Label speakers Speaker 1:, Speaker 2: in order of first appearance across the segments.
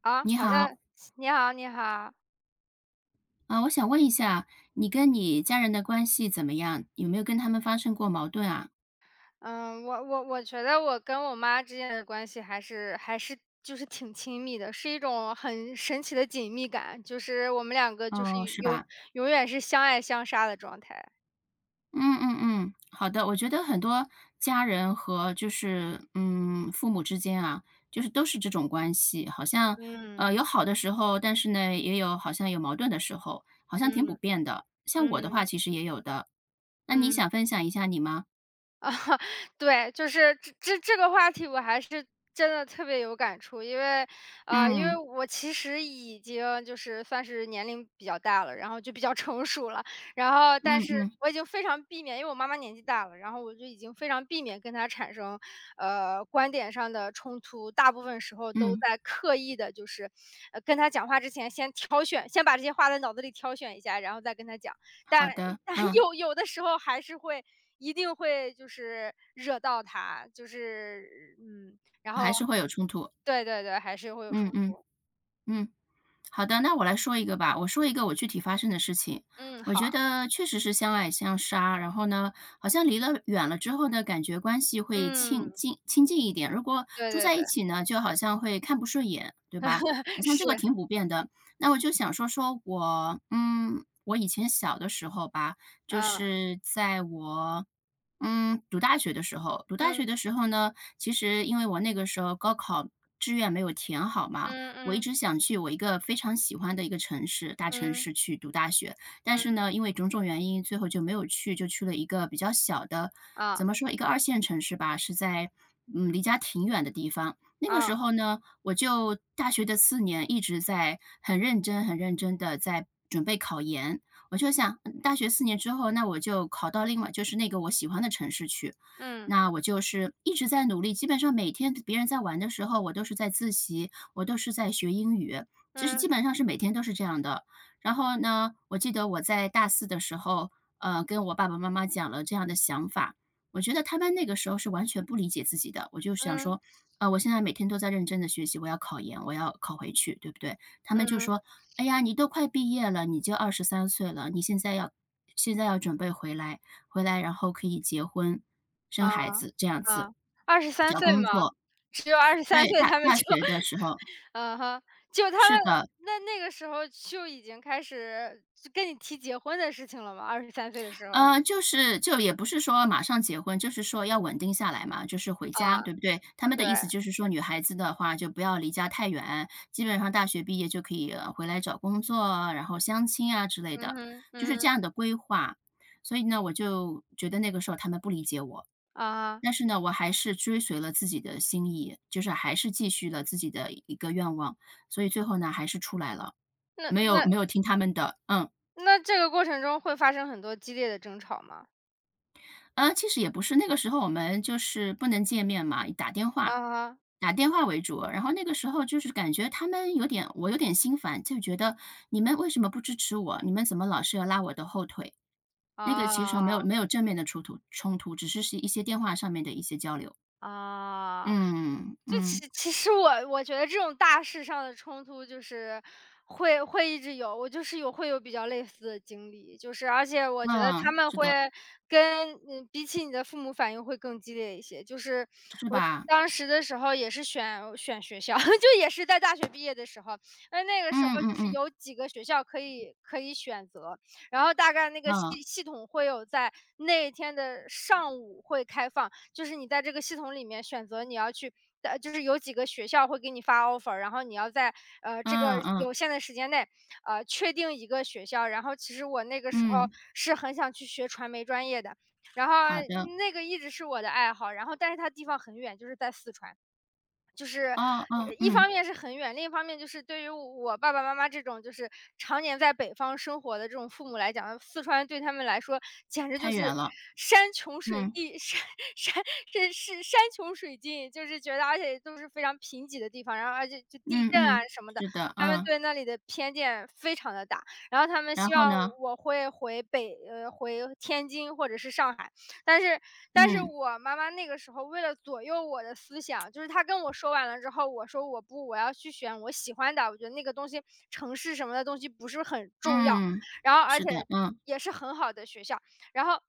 Speaker 1: 啊，
Speaker 2: 你
Speaker 1: 好
Speaker 2: 好，
Speaker 1: 像你好，你好。
Speaker 2: 我想问一下，你跟你家人的关系怎么样？有没有跟他们发生过矛盾啊？
Speaker 1: 嗯，我觉得我跟我妈之间的关系还是就是挺亲密的，是一种很神奇的紧密感，就是我们两个就是
Speaker 2: 哦，是
Speaker 1: 永
Speaker 2: 吧？
Speaker 1: 永远是相爱相杀的状态。
Speaker 2: 嗯嗯嗯，好的。我觉得很多家人和父母之间啊，就是都是这种关系，好像
Speaker 1: 嗯
Speaker 2: 有好的时候，但是呢也有好像有矛盾的时候，好像挺普
Speaker 1: 嗯
Speaker 2: 遍的。像我的话，
Speaker 1: 嗯
Speaker 2: 其实也有的。那你
Speaker 1: 嗯。
Speaker 2: 想分享一下你吗？
Speaker 1: 对，就是这个话题我还是真的特别有感触，因为
Speaker 2: 嗯
Speaker 1: 我其实已经就是算是年龄比较大了，然后就比较 成熟了，然后但
Speaker 2: 嗯
Speaker 1: 是
Speaker 2: 嗯
Speaker 1: 我已经非常避免，因为我妈妈年纪大了，然后我就已经非常避免跟她产生，观点上的冲突，大部分时候都
Speaker 2: 嗯，
Speaker 1: 在刻意的，就是，跟她讲话之前先挑选，先把这些话在脑子里挑选一下，然后再跟她讲。但
Speaker 2: 好的，
Speaker 1: 但
Speaker 2: 嗯，
Speaker 1: 有的时候还是会一定会惹到他，就是然
Speaker 2: 还
Speaker 1: 后
Speaker 2: 是会有冲突。
Speaker 1: 对对对，还是会有
Speaker 2: 嗯
Speaker 1: 冲
Speaker 2: 嗯
Speaker 1: 突。
Speaker 2: 嗯。好的，那我来说一个吧。我说一个我具体发生的事情，
Speaker 1: 嗯，
Speaker 2: 我
Speaker 1: 好，
Speaker 2: 觉得确实是相爱相杀，然后呢，好像离了远了之后呢，感觉关系会
Speaker 1: 嗯，
Speaker 2: 亲近亲近一点。如果
Speaker 1: 对
Speaker 2: 住
Speaker 1: 对
Speaker 2: 在
Speaker 1: 对，
Speaker 2: 一起呢，就好像会看不顺眼，对吧？好 像这个
Speaker 1: 是，
Speaker 2: 挺普遍的。那我就想说说我，嗯，我以前小的时候吧，就
Speaker 1: 嗯，
Speaker 2: 是在我。嗯，读大学
Speaker 1: 嗯，
Speaker 2: 的时候呢，其实因为我那个时候高考志愿没有填好嘛，
Speaker 1: 嗯
Speaker 2: 我一
Speaker 1: 嗯
Speaker 2: 直想去我一个非常喜欢的一个城市大城
Speaker 1: 嗯
Speaker 2: 市去读大学，但是
Speaker 1: 嗯，
Speaker 2: 呢，因为种种原因，最后就没有去，就去了一个比较小的，
Speaker 1: 啊
Speaker 2: 怎么说，一个二线城市吧，是在，嗯，离家挺远的地方。那个时
Speaker 1: 啊，
Speaker 2: 候呢，我就大学的四年一直在很认真、很认真的在准备考研。我就想，嗯大学四年之后，那我就考到另外就是那个我喜欢的城市去。
Speaker 1: 嗯
Speaker 2: 那我就是一直在努力，基本上每天别人在玩的时候，我都是在自习，我都是在学英语，就是基
Speaker 1: 嗯
Speaker 2: 本上是每天都是这样的。然后呢，我记得我在大四的时候，跟我爸爸妈妈讲了这样的想法，我觉得他们那个时候是完全不理解自己的。我就想
Speaker 1: 嗯
Speaker 2: 说，我现在每天都在认真的学习，我要考研，我要考回去，对不对？他们就
Speaker 1: 嗯，
Speaker 2: 说：“哎呀，你都快毕业了，你就23岁了，你现在要准备回来，回来然后可以结婚、生
Speaker 1: 啊
Speaker 2: 孩子这样
Speaker 1: 啊
Speaker 2: 子，
Speaker 1: 二十三
Speaker 2: 找
Speaker 1: 岁
Speaker 2: 工
Speaker 1: 嘛，
Speaker 2: 作。”
Speaker 1: 只有二十三
Speaker 2: 对，
Speaker 1: 岁他们
Speaker 2: 大
Speaker 1: 就
Speaker 2: 学的时候
Speaker 1: 嗯哼，就他
Speaker 2: 是
Speaker 1: 们
Speaker 2: 的。
Speaker 1: 那个时候就已经开始就跟你提结婚的事情了吗二十三岁的时候？
Speaker 2: 就是就也不是说马上结婚，就是说要稳定下来嘛，就是回家，
Speaker 1: 啊，
Speaker 2: 对不对？他们
Speaker 1: 对，
Speaker 2: 的意思就是说，女孩子的话就不要离家太远，基本上大学毕业就可以回来找工作啊，然后相亲啊之类
Speaker 1: 嗯
Speaker 2: 的，
Speaker 1: 哼，
Speaker 2: 就是
Speaker 1: 嗯
Speaker 2: 这
Speaker 1: 哼，
Speaker 2: 样的规划。所以呢，我就觉得那个时候他们不理解我，
Speaker 1: 啊
Speaker 2: 但是呢，我还是追随了自己的心意，就是还是继续了自己的一个愿望，所以最后呢，还是出来了，
Speaker 1: 那
Speaker 2: 没有
Speaker 1: 那
Speaker 2: 没有听他们的，嗯。
Speaker 1: 那这个过程中会发生很多激烈的争吵吗？
Speaker 2: 其实也不是，那个时候我们就是不能见面嘛，以打电话
Speaker 1: 啊哈，
Speaker 2: 打电话为主。然后那个时候就是感觉他们我有点心烦，就觉得你们为什么不支持我？你们怎么老是要拉我的后腿？那个其实没有
Speaker 1: 啊，
Speaker 2: 没有正面的冲突，只是是一些电话上面的一些交流。
Speaker 1: 啊。
Speaker 2: 嗯，
Speaker 1: 就
Speaker 2: 嗯，
Speaker 1: 其实我觉得这种大事上的冲突就是会一直有，我就是会有比较类似的经历，就是而且我觉得他
Speaker 2: 嗯，
Speaker 1: 们
Speaker 2: 是
Speaker 1: 会
Speaker 2: 的，
Speaker 1: 跟比起你的父母反应会更激烈一些。就是
Speaker 2: 是
Speaker 1: 我
Speaker 2: 吧？
Speaker 1: 当时的时候也是选学校，就也是在大学毕业的时候，那个
Speaker 2: 嗯
Speaker 1: 时候就
Speaker 2: 嗯
Speaker 1: 是
Speaker 2: 嗯，
Speaker 1: 有几个学校可以选择，然后大概那个
Speaker 2: 嗯，
Speaker 1: 系统会有在那一天的上午会开放。就是你在这个系统里面选择你要去就是有几个学校会给你发 offer，然后你要在这个
Speaker 2: 嗯嗯，
Speaker 1: 有限的时间内确定一个学校。然后其实我那个时候
Speaker 2: 嗯，
Speaker 1: 是很想去学传媒专业的，然后
Speaker 2: 好的，
Speaker 1: 那个一直是我的爱好，然后但是它地方很远，就是在四川。就是
Speaker 2: 哦哦，
Speaker 1: 一
Speaker 2: 嗯，
Speaker 1: 方面是很远，另一方面就是对于我爸爸妈妈这种就是常年在北方生活的这种父母来讲，四川对他们来说简直就
Speaker 2: 太远
Speaker 1: 是
Speaker 2: 了，
Speaker 1: 山穷水
Speaker 2: 嗯，
Speaker 1: 尽，山这是山穷水尽，就是觉得而且都是非常贫瘠的地方，然后而且就地
Speaker 2: 嗯
Speaker 1: 震啊
Speaker 2: 嗯，
Speaker 1: 什么的，
Speaker 2: 是的，
Speaker 1: 他们
Speaker 2: 嗯，
Speaker 1: 对那里的偏见非常的大，然后他们
Speaker 2: 然
Speaker 1: 希
Speaker 2: 后
Speaker 1: 望
Speaker 2: 呢？
Speaker 1: 我会回天津或者是上海。但是但是
Speaker 2: 嗯，
Speaker 1: 我妈妈那个时候为了左右我的思想，就是她跟我说完了之后，我说我不，我要去选我喜欢的，我觉得那个东西城市什么的东西不是很重要，
Speaker 2: 嗯，
Speaker 1: 然后而
Speaker 2: 是的，
Speaker 1: 且
Speaker 2: 嗯，
Speaker 1: 也是很好的学校，然后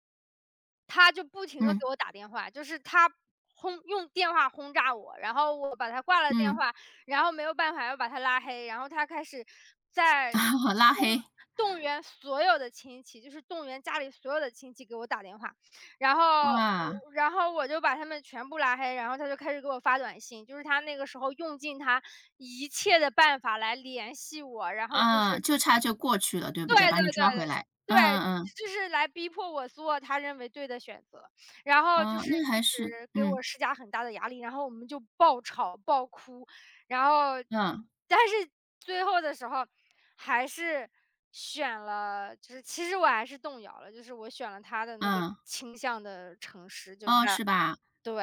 Speaker 1: 他就不停的
Speaker 2: 嗯，
Speaker 1: 给我打电话，就是他用电话轰炸我，然后我把他挂了电
Speaker 2: 嗯，
Speaker 1: 话，然后没有办法又把他拉黑，然后他开始在
Speaker 2: 拉
Speaker 1: 动
Speaker 2: 黑，
Speaker 1: 动员所有的亲戚，就是动员家里所有的亲戚给我打电话。然后
Speaker 2: 哇，
Speaker 1: 然后我就把他们全部拉黑，然后他就开始给我发短信，就是他那个时候用尽他一切的办法来联系我，然后就
Speaker 2: 啊，
Speaker 1: 是
Speaker 2: 就差就过去了，对不对？
Speaker 1: 对
Speaker 2: 把
Speaker 1: 对
Speaker 2: 你
Speaker 1: 对
Speaker 2: 抓回来，嗯
Speaker 1: 对，
Speaker 2: 嗯
Speaker 1: 就是来逼迫我做他认为对的选择，然后
Speaker 2: 嗯，
Speaker 1: 就
Speaker 2: 哦，
Speaker 1: 是
Speaker 2: 那
Speaker 1: 一
Speaker 2: 还是
Speaker 1: 直给
Speaker 2: 嗯，
Speaker 1: 我施加很大的压力，然后我们就爆吵爆哭，然后
Speaker 2: 嗯，
Speaker 1: 但是最后的时候还是选了，就是其实我还是动摇了，就是我选了他的那个
Speaker 2: 嗯，
Speaker 1: 倾向的城市，就
Speaker 2: 哦，
Speaker 1: 他
Speaker 2: 是吧？
Speaker 1: 对。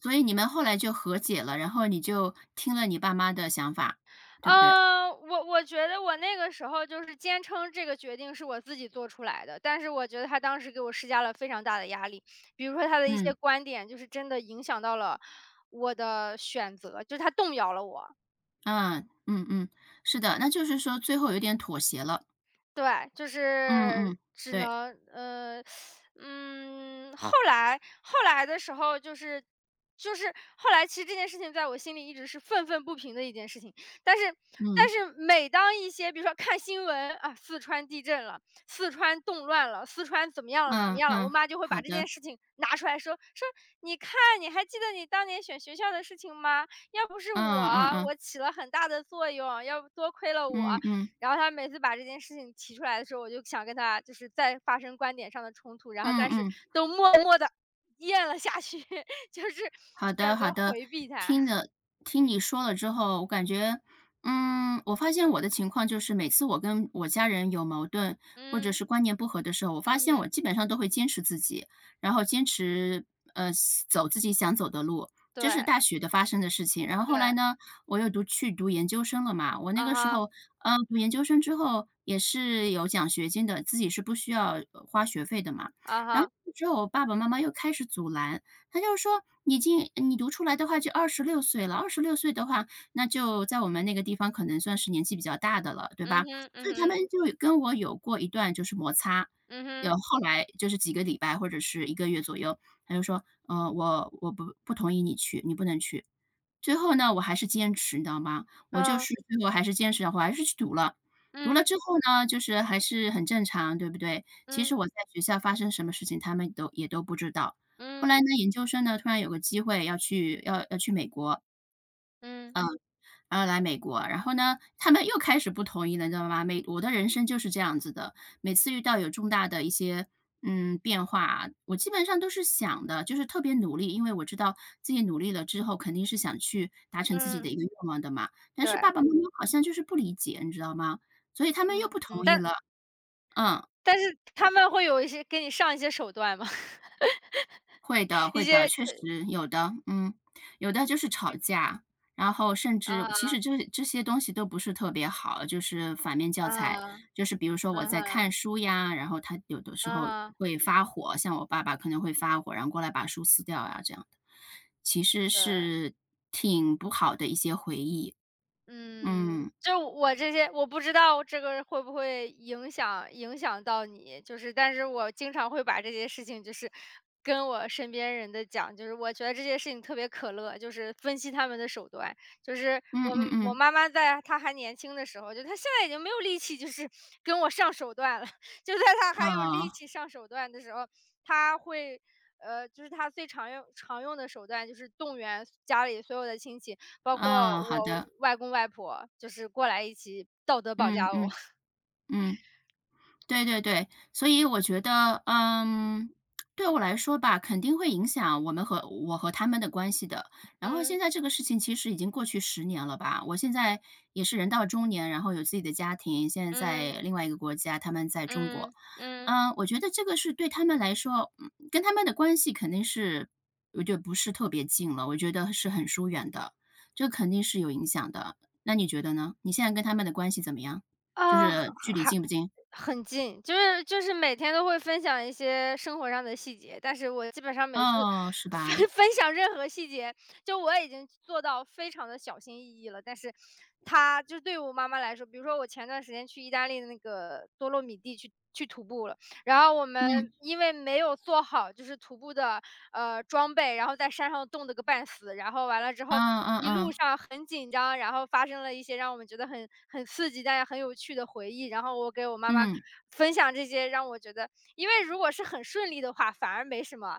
Speaker 2: 所以你们后来就和解了，然后你就听了你爸妈的想法，对不对？
Speaker 1: 我觉得我那个时候就是坚称这个决定是我自己做出来的，但是我觉得他当时给我施加了非常大的压力。比如说他的一些
Speaker 2: 嗯，
Speaker 1: 观点，就是真的影响到了我的选择，就是他动摇了我。
Speaker 2: 嗯，嗯嗯，是的，那就是说最后有点妥协了，
Speaker 1: 对，就
Speaker 2: 嗯
Speaker 1: 是
Speaker 2: 嗯，
Speaker 1: 只
Speaker 2: 对，
Speaker 1: 能呃，嗯，后来的时候就是后来其实这件事情在我心里一直是愤愤不平的一件事情，但是但
Speaker 2: 嗯，
Speaker 1: 是每当一些比如说看新闻啊，四川地震了，四川动乱了，四川怎么样了怎么
Speaker 2: 嗯
Speaker 1: 样了，我
Speaker 2: 嗯，
Speaker 1: 妈就会把
Speaker 2: 好
Speaker 1: 这件
Speaker 2: 的，
Speaker 1: 事情拿出来说说，你看你还记得你当年选学校的事情吗？要不是
Speaker 2: 嗯
Speaker 1: 我，
Speaker 2: 嗯嗯，
Speaker 1: 我起了很大的作用，要不多亏了
Speaker 2: 嗯
Speaker 1: 我，
Speaker 2: 嗯，
Speaker 1: 然后他每次把这件事情提出来的时候，我就想跟他就是再发生观点上的冲突，然后
Speaker 2: 嗯
Speaker 1: 但是
Speaker 2: 嗯。
Speaker 1: 都默默咽了下去，就是
Speaker 2: 好的，
Speaker 1: 选
Speaker 2: 好
Speaker 1: 择
Speaker 2: 的，
Speaker 1: 回避他。
Speaker 2: 听了听你说了之后，我感觉，嗯，我发现我的情况就是，每次我跟我家人有矛盾或者
Speaker 1: 嗯，
Speaker 2: 是观念不合的时候，我发
Speaker 1: 嗯
Speaker 2: 现
Speaker 1: 哼，
Speaker 2: 我基本上都会坚持自己，然后坚持呃走自己想走的路。
Speaker 1: 对，
Speaker 2: 这是大学的发生的事情，然后后来
Speaker 1: 对，
Speaker 2: 呢，我又去读研究生了嘛。我那
Speaker 1: 啊
Speaker 2: 个时
Speaker 1: 哈，
Speaker 2: 候，读研究生之后也是有奖学金的，自己是不需要花学费的嘛。
Speaker 1: 啊
Speaker 2: 然后
Speaker 1: 哈，
Speaker 2: 之后，我爸爸妈妈又开始阻拦，他就是说你读出来的话就二十六岁了二十六岁的话，那就在我们那个地方可能算是年纪比较大的了，对
Speaker 1: 嗯
Speaker 2: 吧？
Speaker 1: 哼，嗯
Speaker 2: 所以他们
Speaker 1: 哼，
Speaker 2: 就跟我有过一段就是摩擦，
Speaker 1: 嗯
Speaker 2: 有
Speaker 1: 哼，
Speaker 2: 后来就是几个礼拜或者是一个月左右，他就说：我不同意你去，你不能去。”最后呢，我还是坚持，你知道吗？我就
Speaker 1: 嗯，
Speaker 2: 是最后还是坚持了，我还是去读了。读了之后呢，就是还是很正常，对不对？其
Speaker 1: 嗯，
Speaker 2: 实
Speaker 1: 嗯，
Speaker 2: 我在学校发生什么事情，他们都也都不知道。后
Speaker 1: 嗯，
Speaker 2: 来呢，研究生呢，突然有个机会要去美国，
Speaker 1: 嗯，
Speaker 2: 啊，来美国啊，然后呢，他们又开始不同意了，你知道吗？我的人生就是这样子的，每次遇到有重大的一些，嗯，变化啊，我基本上都是想的，就是特别努力，因为我知道自己努力了之后，肯定是想去达成自己的
Speaker 1: 嗯，
Speaker 2: 一个愿望的嘛。但
Speaker 1: 对，
Speaker 2: 是爸爸妈妈好像就是不理解，你知道吗？所以他们又
Speaker 1: 嗯，
Speaker 2: 不
Speaker 1: 嗯，
Speaker 2: 同意
Speaker 1: 但
Speaker 2: 了，嗯。
Speaker 1: 但是他们会有一些给你上一些手段嘛，
Speaker 2: 会的
Speaker 1: 一
Speaker 2: 会的，
Speaker 1: 些
Speaker 2: 确实有的，嗯，有的就是吵
Speaker 1: 比
Speaker 2: 架，然后甚至其
Speaker 1: 啊，
Speaker 2: 实这些东西都不是特别好，就是反面教材。
Speaker 1: 啊，
Speaker 2: 就是比如说我
Speaker 1: 嗯
Speaker 2: 在
Speaker 1: 哼
Speaker 2: 看书呀，然后他有的
Speaker 1: 嗯
Speaker 2: 时
Speaker 1: 哼，
Speaker 2: 候
Speaker 1: 啊哈
Speaker 2: 会发火，像我爸爸可能会发火，然后过来把书撕掉呀这样的，其实
Speaker 1: 对。
Speaker 2: 是挺不好的一些回忆。
Speaker 1: 嗯，
Speaker 2: 嗯，
Speaker 1: 就我这些我不知道这个会不会影响到你，就是但是我经常会把这些事情就是跟我身边人的讲，就是我觉得这些事情特别可乐，就是分析他们的手段。就是
Speaker 2: 嗯嗯
Speaker 1: 我
Speaker 2: 嗯，
Speaker 1: 妈妈在她还年轻的时候，就她现在已经没有力气，就是 跟我上手段了。就在她还有力
Speaker 2: 啊
Speaker 1: 气上手段的时候，她会就是她最常用的手段就是动员家里所有的亲戚。包括
Speaker 2: 啊，好
Speaker 1: 我
Speaker 2: 的，
Speaker 1: 外公外婆，就是过来一起道德绑
Speaker 2: 嗯
Speaker 1: 架我。
Speaker 2: 嗯 嗯。对对对，所以我觉得，嗯，对我来说吧，肯定会影响我和他们的关系的。然后现
Speaker 1: 嗯
Speaker 2: 在这个事情其实已经过去10年了吧，我现在也是人到中年，然后有自己的家庭，现在
Speaker 1: 嗯
Speaker 2: 在另外一个国家，他们在中国。
Speaker 1: 嗯嗯，
Speaker 2: 嗯，我觉得这个是对他们来说，嗯，跟他们的关系肯定是我觉得不是特别近了，我觉得是很疏远的，这肯定是有影响的。那你觉得呢？你现在跟他们的关系怎么样？就
Speaker 1: 啊，
Speaker 2: 是
Speaker 1: 还
Speaker 2: 距离近不近？
Speaker 1: 很近，就是每天都会分享一些生活上的细节，但是我基本上每次
Speaker 2: 哦，是 吧？
Speaker 1: 分享任何细节，就我已经做到非常的小心翼翼了，但是对于我妈妈来说，比如说我前段时间去意大利的那个多洛米蒂去徒步了。然后我们
Speaker 2: 嗯，
Speaker 1: 因为没有做好就是徒步的装备，然后在山上冻得个半死，然后完了之
Speaker 2: 嗯
Speaker 1: 后
Speaker 2: 嗯
Speaker 1: 一
Speaker 2: 嗯，
Speaker 1: 路上很紧张，然后发生了一些让我们觉得很刺激但也很有趣的回忆。然后我给我妈妈
Speaker 2: 嗯，
Speaker 1: 分享这些，让我觉得，因为如果是很顺利的话，反而没什么，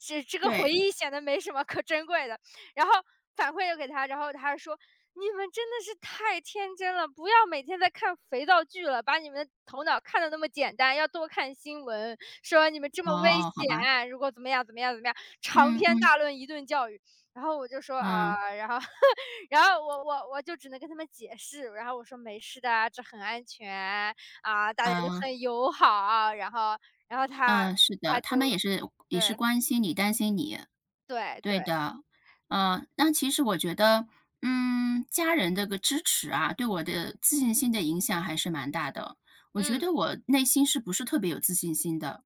Speaker 1: 这个回
Speaker 2: 对，
Speaker 1: 忆显得没什么可珍贵的。然后反馈又给她，然后她说你们真的是太天真了，不要每天在看肥皂剧了，把你们的头脑看得那么简单，要多看新闻，说你们这
Speaker 2: 哦，
Speaker 1: 么危
Speaker 2: 哦好吧，
Speaker 1: 险，如果怎么样怎么样怎么样，长
Speaker 2: 嗯
Speaker 1: 篇
Speaker 2: 嗯，
Speaker 1: 大论一顿教育。然后我就说
Speaker 2: 嗯，
Speaker 1: 啊，然后 然后我就只能跟他们解释，然后我说没事的啊，这很安全啊，大家都
Speaker 2: 嗯，
Speaker 1: 很友好，然后他
Speaker 2: 嗯，是的，
Speaker 1: 他就
Speaker 2: 他们也是也是
Speaker 1: 对
Speaker 2: 关心你、担心你。
Speaker 1: 对
Speaker 2: 对
Speaker 1: 对，
Speaker 2: 的，那其实我觉得，嗯，家人这个支持啊，对我的自信心的影响还是蛮大的。我觉
Speaker 1: 嗯
Speaker 2: 得我内心是不是特别有自信心的？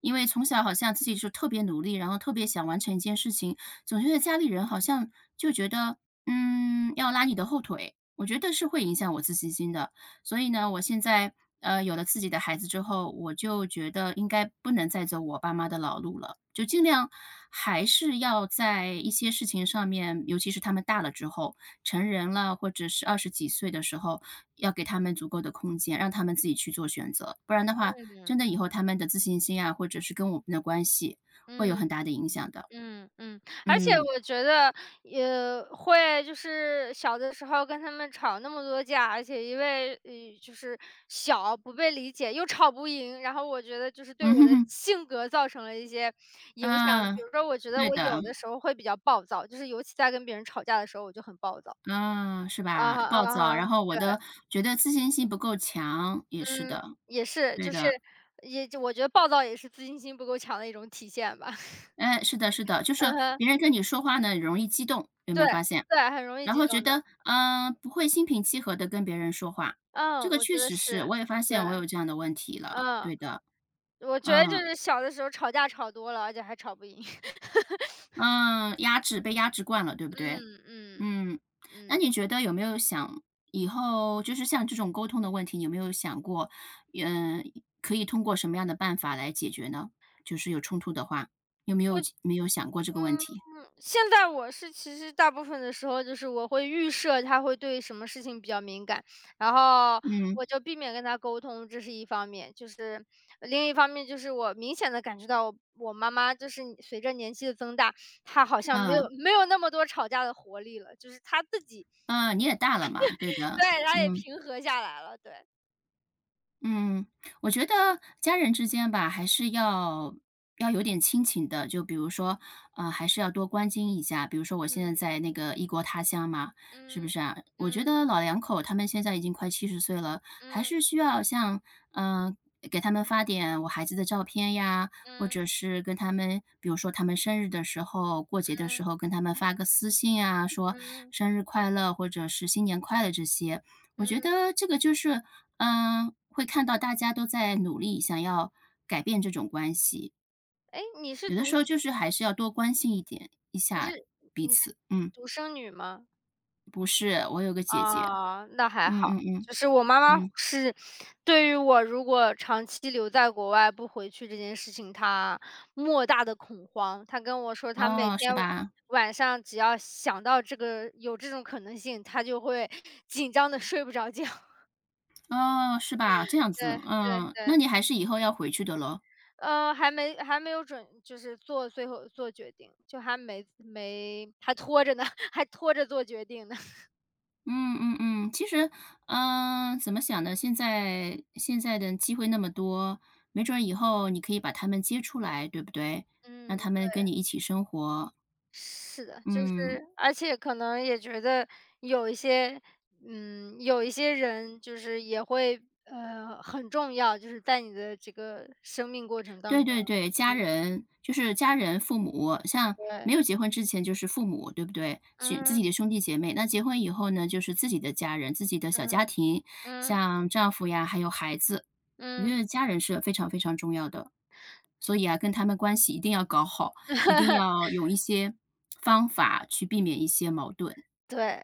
Speaker 2: 因为从小好像自己就特别努力，然后特别想完成一件事情，总觉得家里人好像就觉得，嗯，要拉你的后腿，我觉得是会影响我自信心的。所以呢，我现在，有了自己的孩子之后，我就觉得应该不能再走我爸妈的老路了，就尽量还是要在一些事情上面，尤其是他们大了之后，成人了，或者是20几岁的时候，要给他们足够的空间，让他们自己去做选择。不然的话，真的以后他们的自信心啊，或者是跟我们的关系，会有
Speaker 1: 嗯。
Speaker 2: 很大的影响的。
Speaker 1: 嗯嗯，而且
Speaker 2: 嗯，
Speaker 1: 我觉得也会就是小的时候跟他们吵那么多架，而且因为，就是小不被理解，又吵不赢，然后我觉得就是对我的
Speaker 2: 嗯
Speaker 1: 性格造成了一些 影响。
Speaker 2: 嗯，
Speaker 1: 比如说我觉得
Speaker 2: 对
Speaker 1: 我
Speaker 2: 的。
Speaker 1: 有的时候会比较暴躁，就是尤其在跟别人吵架的时候，我就很暴躁。
Speaker 2: 嗯，是
Speaker 1: 啊
Speaker 2: 吧？
Speaker 1: 哈啊
Speaker 2: 暴躁，
Speaker 1: 哈，
Speaker 2: 然后
Speaker 1: 对，
Speaker 2: 觉得自信心不够强，也是
Speaker 1: 嗯，
Speaker 2: 的，
Speaker 1: 也是，
Speaker 2: 对
Speaker 1: 就是
Speaker 2: 的。
Speaker 1: 也就我觉得暴躁也是自信心不够强的一种体现吧。
Speaker 2: 哎，是的是的，就是
Speaker 1: 嗯哼，
Speaker 2: 别人跟你说话呢，容易激动，有没
Speaker 1: 对，
Speaker 2: 有发现？
Speaker 1: 对，很容易
Speaker 2: 然
Speaker 1: 激
Speaker 2: 后觉
Speaker 1: 动的。
Speaker 2: 得，嗯，不会心平气和的跟别人说话，这
Speaker 1: 嗯，
Speaker 2: 个
Speaker 1: 我
Speaker 2: 确
Speaker 1: 觉得
Speaker 2: 实是，
Speaker 1: 是，
Speaker 2: 我也发
Speaker 1: 对，
Speaker 2: 现我有这样的问题了，
Speaker 1: 嗯，
Speaker 2: 对的。
Speaker 1: 我觉得就
Speaker 2: 嗯，
Speaker 1: 是小的时候吵架吵多了，而且还吵不赢。
Speaker 2: 嗯，压制，被压制惯了，对不对？
Speaker 1: 嗯嗯
Speaker 2: 嗯，那
Speaker 1: 嗯
Speaker 2: 你觉得有没有想以后就是像这种沟通的问题，你有没有想过，嗯，可以通过什么样的办法来解决呢？就是有冲突的话，有没有没有想过这个问
Speaker 1: 嗯，
Speaker 2: 题？
Speaker 1: 现在我是其实大部分的时候，就是我会预设他会对什么事情比较敏感，然后
Speaker 2: 嗯，
Speaker 1: 我就避免跟他沟通，这是一方面。就是另一方面，就是我明显的感觉到我妈妈就是随着年纪的增大，她好像没有
Speaker 2: 啊，
Speaker 1: 没有那么多吵架的活力了，就是她自己
Speaker 2: 啊，你也大了嘛，对 的，
Speaker 1: 对，她也
Speaker 2: 嗯。
Speaker 1: 平和下来了，对，
Speaker 2: 嗯，我觉得家人之间吧，还是要要有点亲情的。就比如说，还是要多关心一下。比如说，我现在
Speaker 1: 嗯。
Speaker 2: 在那个异国他乡嘛，是不
Speaker 1: 嗯，
Speaker 2: 是啊？我觉
Speaker 1: 嗯，
Speaker 2: 得老两口他们现在已经快70岁了，还
Speaker 1: 嗯，
Speaker 2: 是需要像，嗯、给他们发点我孩子的照片呀，或
Speaker 1: 嗯，
Speaker 2: 者是跟他们，比如说他们生日的时候、过节的时
Speaker 1: 嗯，
Speaker 2: 候，跟他们发个私信啊，说
Speaker 1: 嗯，
Speaker 2: 生日快乐或者是新年快乐这些。我觉
Speaker 1: 嗯，
Speaker 2: 得这个就是嗯，会看到大家都在努力想要改变这种关系，
Speaker 1: 哎，
Speaker 2: 有的时候就是还是要多关心一点一
Speaker 1: 你
Speaker 2: 下
Speaker 1: 是
Speaker 2: 彼
Speaker 1: 你是
Speaker 2: 此。嗯，
Speaker 1: 独生女吗？
Speaker 2: 不是，我有个姐姐，
Speaker 1: 啊，那还
Speaker 2: 嗯
Speaker 1: 好。
Speaker 2: 嗯嗯
Speaker 1: 就是我妈妈
Speaker 2: 嗯，
Speaker 1: 是对于我如果长期留在国外不回去这件事情，她莫大的恐慌。她跟我说她每
Speaker 2: 哦，是
Speaker 1: 天
Speaker 2: 吧？
Speaker 1: 晚上只要想到这个有这种可能性，她就会紧张的睡不着觉。
Speaker 2: 哦，是吧？这样
Speaker 1: 对，
Speaker 2: 子，
Speaker 1: 对，
Speaker 2: 嗯，那
Speaker 1: 对。
Speaker 2: 你还是以后要回去的咯。
Speaker 1: 还没有准就是做最后做决定，就还没没还拖着呢，还拖着做决定呢。
Speaker 2: 嗯嗯嗯，其实，嗯，怎么想呢？现在的机会那么多，没准儿以后你可以把他们接出来，对不对？让
Speaker 1: 嗯，
Speaker 2: 他们跟你一起生活，
Speaker 1: 是的，就是
Speaker 2: 嗯。
Speaker 1: 而且可能也觉得有一些有一些人就是也会很重要，就是在你的这个生命过程当
Speaker 2: 对对
Speaker 1: 中，
Speaker 2: 对，家人就是家人、父母，像没
Speaker 1: 对，
Speaker 2: 有结婚之前就是父母，对不对？是自己
Speaker 1: 嗯，
Speaker 2: 的兄弟姐妹。那结婚以后呢，就是自己的家人、自己的小
Speaker 1: 嗯，
Speaker 2: 家庭，
Speaker 1: 嗯，
Speaker 2: 像丈夫呀，还有孩子。我觉
Speaker 1: 嗯，
Speaker 2: 得家人是非常非常重要的，所以啊，跟他们关系一定要搞好，一定 要用一些方法去避免一些矛盾。
Speaker 1: 对。